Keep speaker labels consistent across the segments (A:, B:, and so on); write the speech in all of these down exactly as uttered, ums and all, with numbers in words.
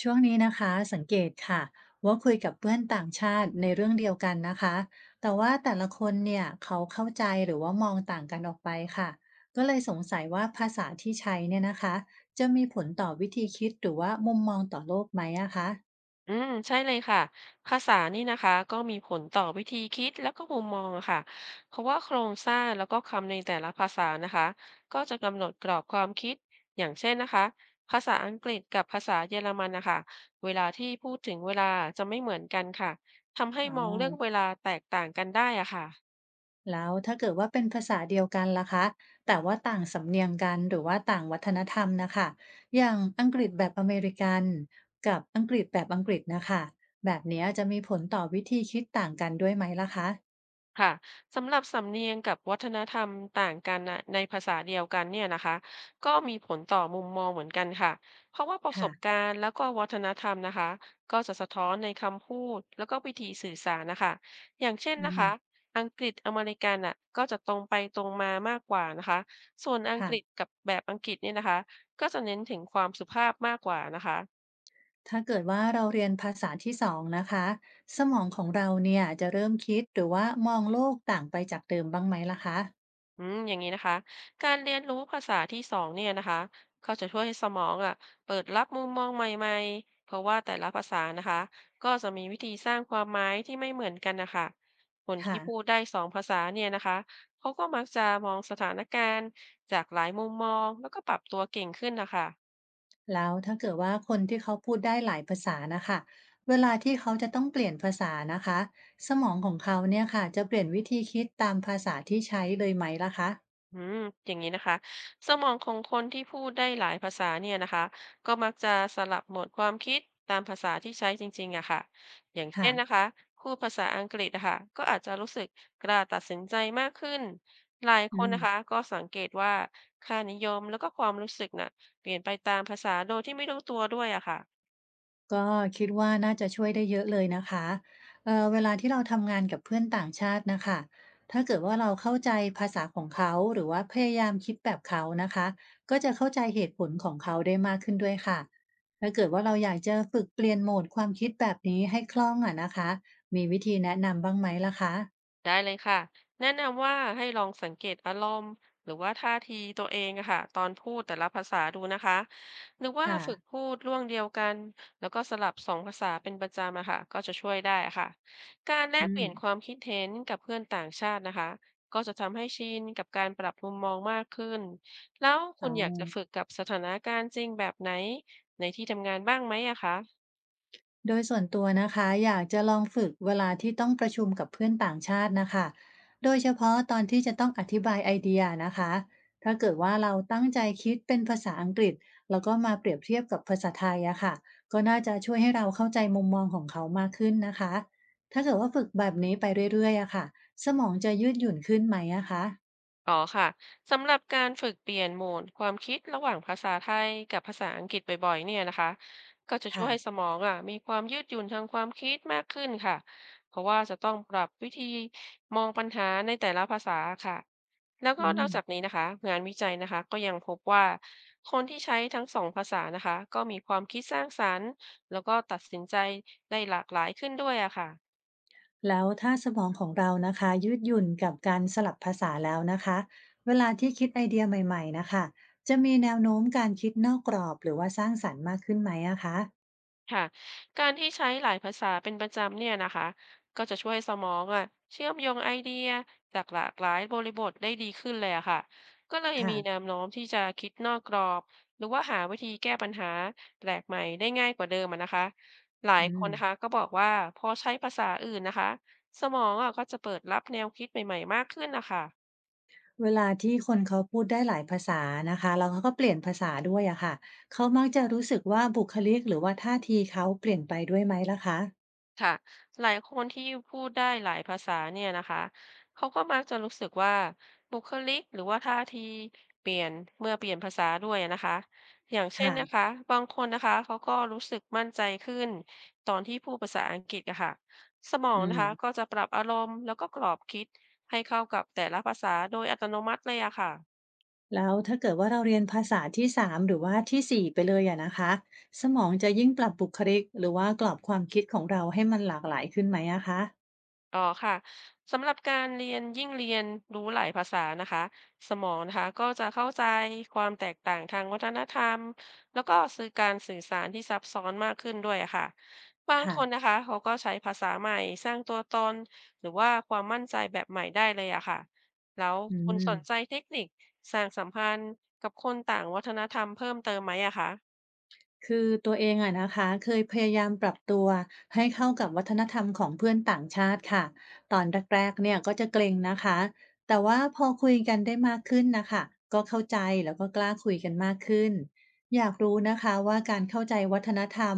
A: ช่วงนี้นะคะสังเกตค่ะว่าคุยกับเพื่อนต่างชาติในเรื่องเดียวกันนะคะแต่ว่าแต่ละคนเนี่ยเขาเข้าใจหรือว่ามองต่างกันออกไปค่ะก็เลยสงสัยว่าภาษาที่ใช้เนี่ยนะคะจะมีผลต่อวิธีคิดหรือว่ามุมมองต่อโลกไหมอะคะ
B: อืมใช่เลยค่ะภาษานี่นะคะก็มีผลต่อวิธีคิดแล้วก็มุมมองอะค่ะเพราะว่าโครงสร้างแล้วก็คำในแต่ละภาษานะคะก็จะกำหนดกรอบความคิดอย่างเช่นนะคะภาษาอังกฤษกับภาษาเยอรมันนะคะเวลาที่พูดถึงเวลาจะไม่เหมือนกันค่ะทำให้
A: อ๋อ
B: มองเรื่องเวลาแตกต่างกันได้อะค่ะ
A: แล้วถ้าเกิดว่าเป็นภาษาเดียวกันล่ะคะแต่ว่าต่างสำเนียงกันหรือว่าต่างวัฒนธรรมนะคะอย่างอังกฤษแบบอเมริกันกับอังกฤษแบบอังกฤษนะคะแบบเนี้ยจะมีผลต่อวิธีคิดต่างกันด้วยไหมล่ะคะ
B: ค่ะสำหรับสำเนียงกับวัฒนธรรมต่างกันนะในภาษาเดียวกันเนี่ยนะคะก็มีผลต่อมุมมองเหมือนกันค่ะเพราะว่าประส
A: ค่ะ
B: บการณ์แล้วก็วัฒนธรรมนะคะก็จะสะท้อนในคำพูดแล้วก็วิธีสื่อสารนะคะอย่างเช่น
A: อื
B: นะคะ
A: ม
B: อังกฤษอเมริกันน่ะก็จะตรงไปตรงมามากกว่านะคะส่วนอังก
A: ค่ะ
B: ฤษกับแบบอังกฤษเนี่ยนะคะก็จะเน้นถึงความสุภาพมากกว่านะคะ
A: ถ้าเกิดว่าเราเรียนภาษาที่สองนะคะสมองของเราเนี่ยจะเริ่มคิดหรือว่ามองโลกต่างไปจากเดิมบ้างไหมล่ะคะ
B: อืมอย่างนี้นะคะ การเรียนรู้ภาษาที่สองเนี่ยนะคะก็จะช่วยให้สมองอ่ะเปิดรับมุมมองใหม่ๆ เพราะว่าแต่ละภาษานะคะก็จะมีวิธีสร้างความหมายที่ไม่เหมือนกันนะคะคนที่
A: ค่ะ
B: พูดได้สองภาษาเนี่ยนะคะเขาก็มักจะมองสถานการณ์จากหลายมุมมองแล้วก็ปรับตัวเก่งขึ้นนะคะ
A: แล้วถ้าเกิดว่าคนที่เขาพูดได้หลายภาษานะคะเวลาที่เขาจะต้องเปลี่ยนภาษานะคะสมองของเขาเนี่ยค่ะจะเปลี่ยนวิธีคิดตามภาษาที่ใช้เลยไหมล่ะคะ
B: อืมอย่างนี้นะคะสมองของคนที่พูดได้หลายภาษาเนี่ยนะคะก็มักจะสลับโหมดความคิดตามภาษาที่ใช้จริงๆอะค่ะอย่างเช่
A: ค่ะ
B: นนะคะพูดภาษาอังกฤษนะคะก็อาจจะรู้สึกกล้าตัดสินใจมากขึ้นหลายค
A: อื
B: น
A: ม
B: นะคะก็สังเกตว่าค่านิยมแล้วก็ความรู้สึกน่ะเปลี่ยนไปตามภาษาโดยที่ไม่รู้ตัวด้วยอะค่ะ
A: ก็คิดว่าน่าจะช่วยได้เยอะเลยนะคะเอ่อเวลาที่เราทำงานกับเพื่อนต่างชาตินะคะ ถ้าเกิดว่าเราเข้าใจภาษาของเขาหรือว่าพยายามคิดแบบเขานะคะก็จะเข้าใจเหตุผลของเขาได้มากขึ้นด้วยค่ะถ้าเกิดว่าเราอยากจะฝึกเปลี่ยนโหมดความคิดแบบนี้ให้คล่องอะนะคะมีวิธีแนะนำบ้างไหมล่ะคะ
B: ได้เลยค่ะแนะนำว่าให้ลองสังเกตอารมณ์หรือว่าท่าทีตัวเองอะค่ะตอนพูดแต่ละภาษาดูนะคะหรือว่า
A: ค่ะ
B: ฝึกพูดร่วงเดียวกันแล้วก็สลับสองภาษาเป็นประจำอะค่ะก็จะช่วยได้ค่ะการแล
A: อื
B: กเป
A: ม
B: ลี่ยนความคิดเห็นกับเพื่อนต่างชาตินะคะก็จะทำให้ชินกับการปรับมุมมองมากขึ้นแล้วคุ
A: อ๋
B: ณอยากจะ
A: อ
B: ฝึกกับสถานการณ์จริงแบบไหนในที่ทำงานบ้างไหมอะคะ
A: โดยส่วนตัวนะคะอยากจะลองฝึกเวลาที่ต้องประชุมกับเพื่อนต่างชาตินะคะโดยเฉพาะตอนที่จะต้องอธิบายไอเดียนะคะถ้าเกิดว่าเราตั้งใจคิดเป็นภาษาอังกฤษแล้วก็มาเปรียบเทียบกับภาษาไทยอะค่ะก็น่าจะช่วยให้เราเข้าใจมุมมองของเขามากขึ้นนะคะ ถ้าเกิดว่าฝึกแบบนี้ไปเรื่อยๆอะค่ะ สมองจะยืดหยุ่นขึ้นไหมอะคะ
B: อ๋อค่ะสำหรับการฝึกเปลี่ยนโหมดความคิดระหว่างภาษาไทยกับภาษาอังกฤษบ่อยๆเนี่ยนะคะก็จะช่ว
A: ค่ะ
B: ยให้สมองอ่ะมีความยืดหยุ่นทางความคิดมากขึ้นค่ะเพราะว่าจะต้องปรับวิธีมองปัญหาในแต่ละภาษาค่ะแล้ว
A: อื
B: ก็นอก
A: ม
B: จากนี้นะคะงานวิจัยนะคะก็ยังพบว่าคนที่ใช้ทั้งสองภาษานะคะก็มีความคิดสร้างสรรค์แล้วก็ตัดสินใจได้หลากหลายขึ้นด้วยอะค่ะ
A: แล้วถ้าสมองของเรานะคะยืดหยุ่นกับการสลับภาษาแล้วนะคะเวลาที่คิดไอเดียใหม่ๆนะคะจะมีแนวโน้มการคิดนอกกรอบหรือว่าสร้างสรรค์มากขึ้นไหมอะคะ
B: ค่ะการที่ใช้หลายภาษาเป็นประจำเนี่ยนะคะก็จะช่วยสมองอ่ะเชื่อมโยงไอเดียจากหลากหลายบริบทได้ดีขึ้นเลยอะค่ะก็เลยมีแน
A: ค่ะ
B: วโน้มที่จะคิดนอกกรอบหรือว่าหาวิธีแก้ปัญหาแปลกใหม่ได้ง่ายกว่าเดิมอะนะคะหลาย
A: อื
B: คนนะคะ
A: ม
B: ก็บอกว่าพอใช้ภาษาอื่นนะคะสมองอ่ะก็จะเปิดรับแนวคิดใหม่ๆมากขึ้นนะคะ
A: เวลาที่คนเขาพูดได้หลายภาษานะคะแล้วเขาก็เปลี่ยนภาษาด้วยอะค่ะเขามักจะรู้สึกว่าบุคลิกหรือว่าท่าทีเขาเปลี่ยนไปด้วยไหมล่ะคะ
B: ค่ะหลายคนที่พูดได้หลายภาษาเนี่ยนะคะเขาก็มักจะรู้สึกว่าบุคลิกหรือว่าท่าทีเปลี่ยนเมื่อเปลี่ยนภาษาด้วยนะคะอย่างเช่น
A: ค่ะ
B: นะคะบางคนนะคะเขาก็รู้สึกมั่นใจขึ้นตอนที่พูดภาษาอังกฤษอะค่ะสมอง
A: อื
B: นะคะ
A: ม
B: ก็จะปรับอารมณ์แล้วก็กรอบคิดให้เข้ากับแต่ละภาษาโดยอัตโนมัติเลยอะค่ะ
A: แล้วถ้าเกิดว่าเราเรียนภาษาที่สามหรือว่าที่สี่ไปเลยอะนะคะสมองจะยิ่งปรับบุคลิกหรือว่ากรอบความคิดของเราให้มันหลากหลายขึ้นไหมอะคะ
B: อ๋อค่ะสำหรับการเรียนยิ่งเรียนรู้หลายภาษานะคะสมองนะคะก็จะเข้าใจความแตกต่างทางวัฒนธรรมแล้วก็สื่อการสื่อสารที่ซับซ้อนมากขึ้นด้วยอะค่ะบางค
A: ค่ะ
B: นนะคะเขาก็ใช้ภาษาใหม่สร้างตัวตนหรือว่าความมั่นใจแบบใหม่ได้เลยอะค่ะแล้ว
A: อื
B: คุณสนใจ
A: ม
B: เทคนิคสร้างสัมพันธ์กับคนต่างวัฒนธรรมเพิ่มเติมไหมอะคะ
A: คือตัวเองอะนะคะเคยพยายามปรับตัวให้เข้ากับวัฒนธรรมของเพื่อนต่างชาติค่ะตอนแรกๆเนี่ยก็จะเกรงนะคะแต่ว่าพอคุยกันได้มากขึ้นนะคะก็เข้าใจแล้วก็กล้าคุยกันมากขึ้นอยากรู้นะคะว่าการเข้าใจวัฒนธรรม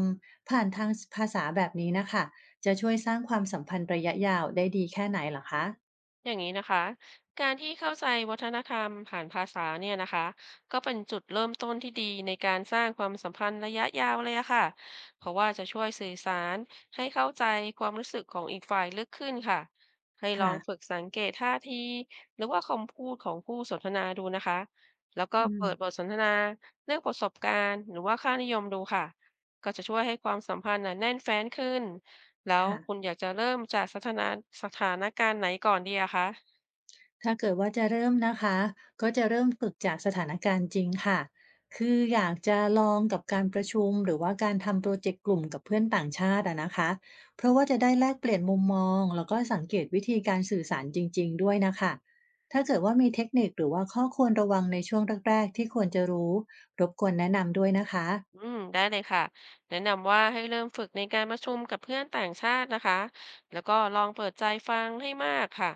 A: ผ่านทางภาษาแบบนี้นะคะจะช่วยสร้างความสัมพันธ์ระยะยาวได้ดีแค่ไหนเหรอคะ
B: อย่างนี้นะคะ การที่เข้าใจวัฒนธรรมผ่านภาษาเนี่ยนะคะก็เป็นจุดเริ่มต้นที่ดีในการสร้างความสัมพันธ์ระยะยาวเลยอะค่ะเพราะว่าจะช่วยสื่อสารให้เข้าใจความรู้สึกของอีกฝ่ายลึกขึ้นค่ะให้ลอ
A: ค่ะ
B: งฝึกสังเกตท่าทีหรือว่าคำพูดของผู้สนทนาดูนะคะแล้วก็
A: อื
B: เปิ
A: ม
B: ดบทสนทนาเรื่องประสบการณ์หรือว่าค่านิยมดูค่ะก็จะช่วยให้ความสัมพันธ์น่ะแน่นแฟ้นขึ้น แล้ว
A: ค่ะ
B: คุณอยากจะเริ่มจากสถานะสถานการณ์ไหนก่อนดีอะคะ
A: ถ้าเกิดว่าจะเริ่มนะคะก็จะเริ่มฝึกจากสถานการณ์จริงค่ะคืออยากจะลองกับการประชุมหรือว่าการทำโปรเจกต์กลุ่มกับเพื่อนต่างชาติอะนะคะเพราะว่าจะได้แลกเปลี่ยนมุมมองแล้วก็สังเกตวิธีการสื่อสารจริงๆด้วยนะคะถ้าเกิดว่ามีเทคนิคหรือว่าข้อควรระวังในช่วงแรกๆที่ควรจะรู้รบกวนแนะนำด้วยนะคะ
B: อืมได้เลยค่ะแนะนำว่าให้เริ่มฝึกในการประชุมกับเพื่อนต่างชาตินะคะแล้วก็ลองเปิดใจฟังให้มากค่ะ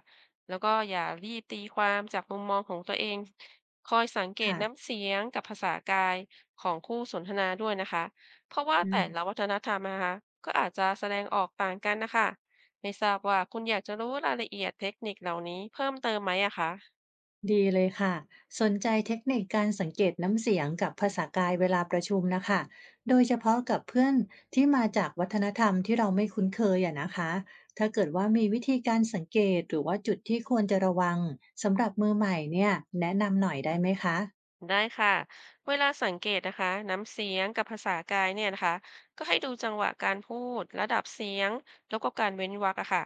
B: แล้วก็อย่ารีบตีความจากมุมมองของตัวเองคอยสังเกต
A: ค่ะ
B: น้ำเสียงกับภาษากายของคู่สนทนาด้วยนะคะเพราะว่า
A: อื
B: แต่
A: ม
B: ละวัฒนธรรมนะคะก็อาจจะแสดงออกต่างกันน่ะคะไม่ทราบว่าคุณอยากจะรู้รายละเอียดเทคนิคเหล่านี้เพิ่มเติมไหมอะคะ
A: ดีเลยค่ะสนใจเทคนิคการสังเกตน้ำเสียงกับภาษากายเวลาประชุมนะคะโดยเฉพาะกับเพื่อนที่มาจากวัฒนธรรมที่เราไม่คุ้นเคยอะนะคะถ้าเกิดว่ามีวิธีการสังเกตหรือว่าจุดที่ควรจะระวังสำหรับมือใหม่เนี่ยแนะนำหน่อยได้ไหมคะ
B: ได้ค่ะ เวลาสังเกตนะคะน้ำเสียงกับภาษากายเนี่ยนะคะก็ให้ดูจังหวะการพูดระดับเสียงแล้วก็การเว้นวรรคอะค่ะ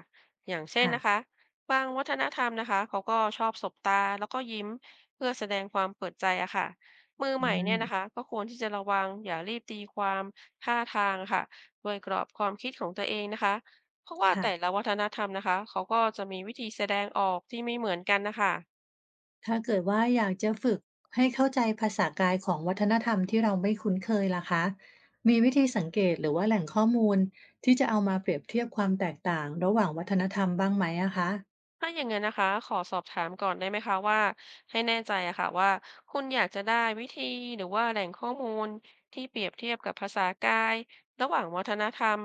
B: อย่างเช่น
A: ค่ะ
B: นะคะบางวัฒนธรรมนะคะเขาก็ชอบสบตาแล้วก็ยิ้มเพื่อแสดงความเปิดใจอะค่ะมือ
A: อื
B: ใหม่เนี่ยนะคะ
A: ม
B: ก็ควรที่จะระวังอย่ารีบตีความท่าทางค่ะด้วยกรอบความคิดของตัวเองนะคะเพราะว่า
A: ค่ะ
B: แต่ละวัฒนธรรมนะคะเขาก็จะมีวิธีแสดงออกที่ไม่เหมือนกันนะคะ
A: ถ้าเกิดว่าอยากจะฝึกให้เข้าใจภาษากายของวัฒนธรรมที่เราไม่คุ้นเคยล่ะคะ มีวิธีสังเกตหรือว่าแหล่งข้อมูลที่จะเอามาเปรียบเทียบความแตกต่างระหว่างวัฒนธรรมบ้างไหมอะคะ
B: ถ้าอย่างนั้นนะคะขอสอบถามก่อนได้ไหมคะว่าให้แน่ใจอะค่ะว่าคุณอยากจะได้วิธีหรือว่าแหล่งข้อมูลที่เปรียบเทียบกับภาษากายระหว่างวัฒนธรรม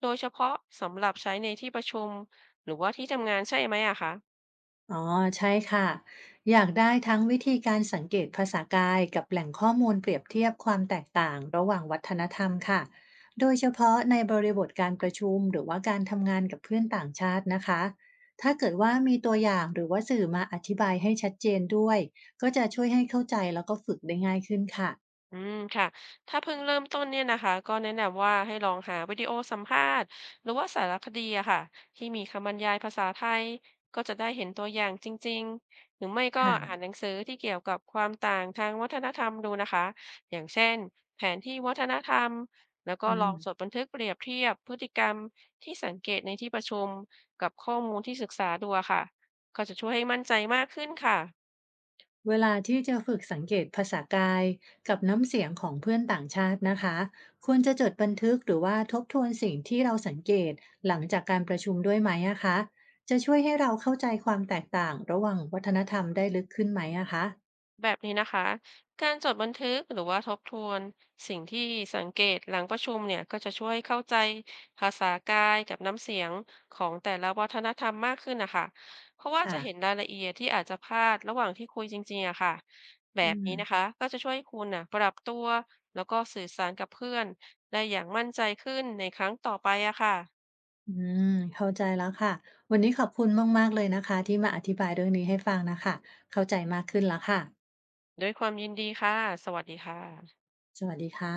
B: โดยเฉพาะสำหรับใช้ในที่ประชุมหรือว่าที่ทำงานใช่ไหมอะคะ
A: อ๋อใช่ค่ะอยากได้ทั้งวิธีการสังเกตภาษากายกับแหล่งข้อมูลเปรียบเทียบความแตกต่างระหว่างวัฒนธรรมค่ะโดยเฉพาะในบริบทการประชุมหรือว่าการทำงานกับเพื่อนต่างชาตินะคะถ้าเกิดว่ามีตัวอย่างหรือว่าสื่อมาอธิบายให้ชัดเจนด้วยก็จะช่วยให้เข้าใจแล้วก็ฝึกได้ง่ายขึ้นค่ะ
B: อืมค่ะถ้าเพิ่งเริ่มต้นเนี่ยนะคะก็แนะนำว่าให้ลองหาวิดีโอสัมภาษณ์หรือว่าสารคดีอะค่ะที่มีคำบรรยายภาษาไทยก็จะได้เห็นตัวอย่างจริงๆหรือไม่ก็อ่าน
A: ค่ะ
B: หนังสือที่เกี่ยวกับความต่างทางวัฒนธรรมดูนะคะอย่างเช่นแผนที่วัฒนธรรมแล้วก็
A: อื
B: ลองจด
A: ม
B: บันทึกเปรียบเทียบพฤติกรรมที่สังเกตในที่ประชุมกับข้อมูลที่ศึกษาดูอะค่ะก็จะช่วยให้มั่นใจมากขึ้นค่ะ
A: เวลาที่จะฝึกสังเกตภาษากายกับน้ำเสียงของเพื่อนต่างชาตินะคะควรจะจดบันทึกหรือว่าทบทวนสิ่งที่เราสังเกตหลังจากการประชุมด้วยไหมอะคะจะช่วยให้เราเข้าใจความแตกต่างระหว่างวัฒนธรรมได้ลึกขึ้นไหมอะคะ
B: แบบนี้นะคะการจดบันทึกหรือว่าทบทวนสิ่งที่สังเกตหลังประชุมเนี่ยก็จะช่วยเข้าใจภาษากายกับน้ำเสียงของแต่ละวัฒนธรรมมากขึ้นนะคะเพราะว่าจะ
A: ค่ะ
B: เห็นรายละเอียดที่อาจจะพลาดระหว่างที่คุยจริงๆอะค่ะแบ
A: อื
B: บ
A: ม
B: นี้นะคะก็จะช่วยคุณนะปรับตัวแล้วก็สื่อสารกับเพื่อนได้อย่างมั่นใจขึ้นในครั้งต่อไปอะค่ะ
A: อืมเข้าใจแล้วค่ะ วันนี้ขอบคุณมากๆเลยนะคะที่มาอธิบายเรื่องนี้ให้ฟังนะคะเข้าใจมากขึ้นแล้วค่ะ
B: ด้วยความยินดีค่ะสวัสดีค่ะ
A: สวัสดีค่ะ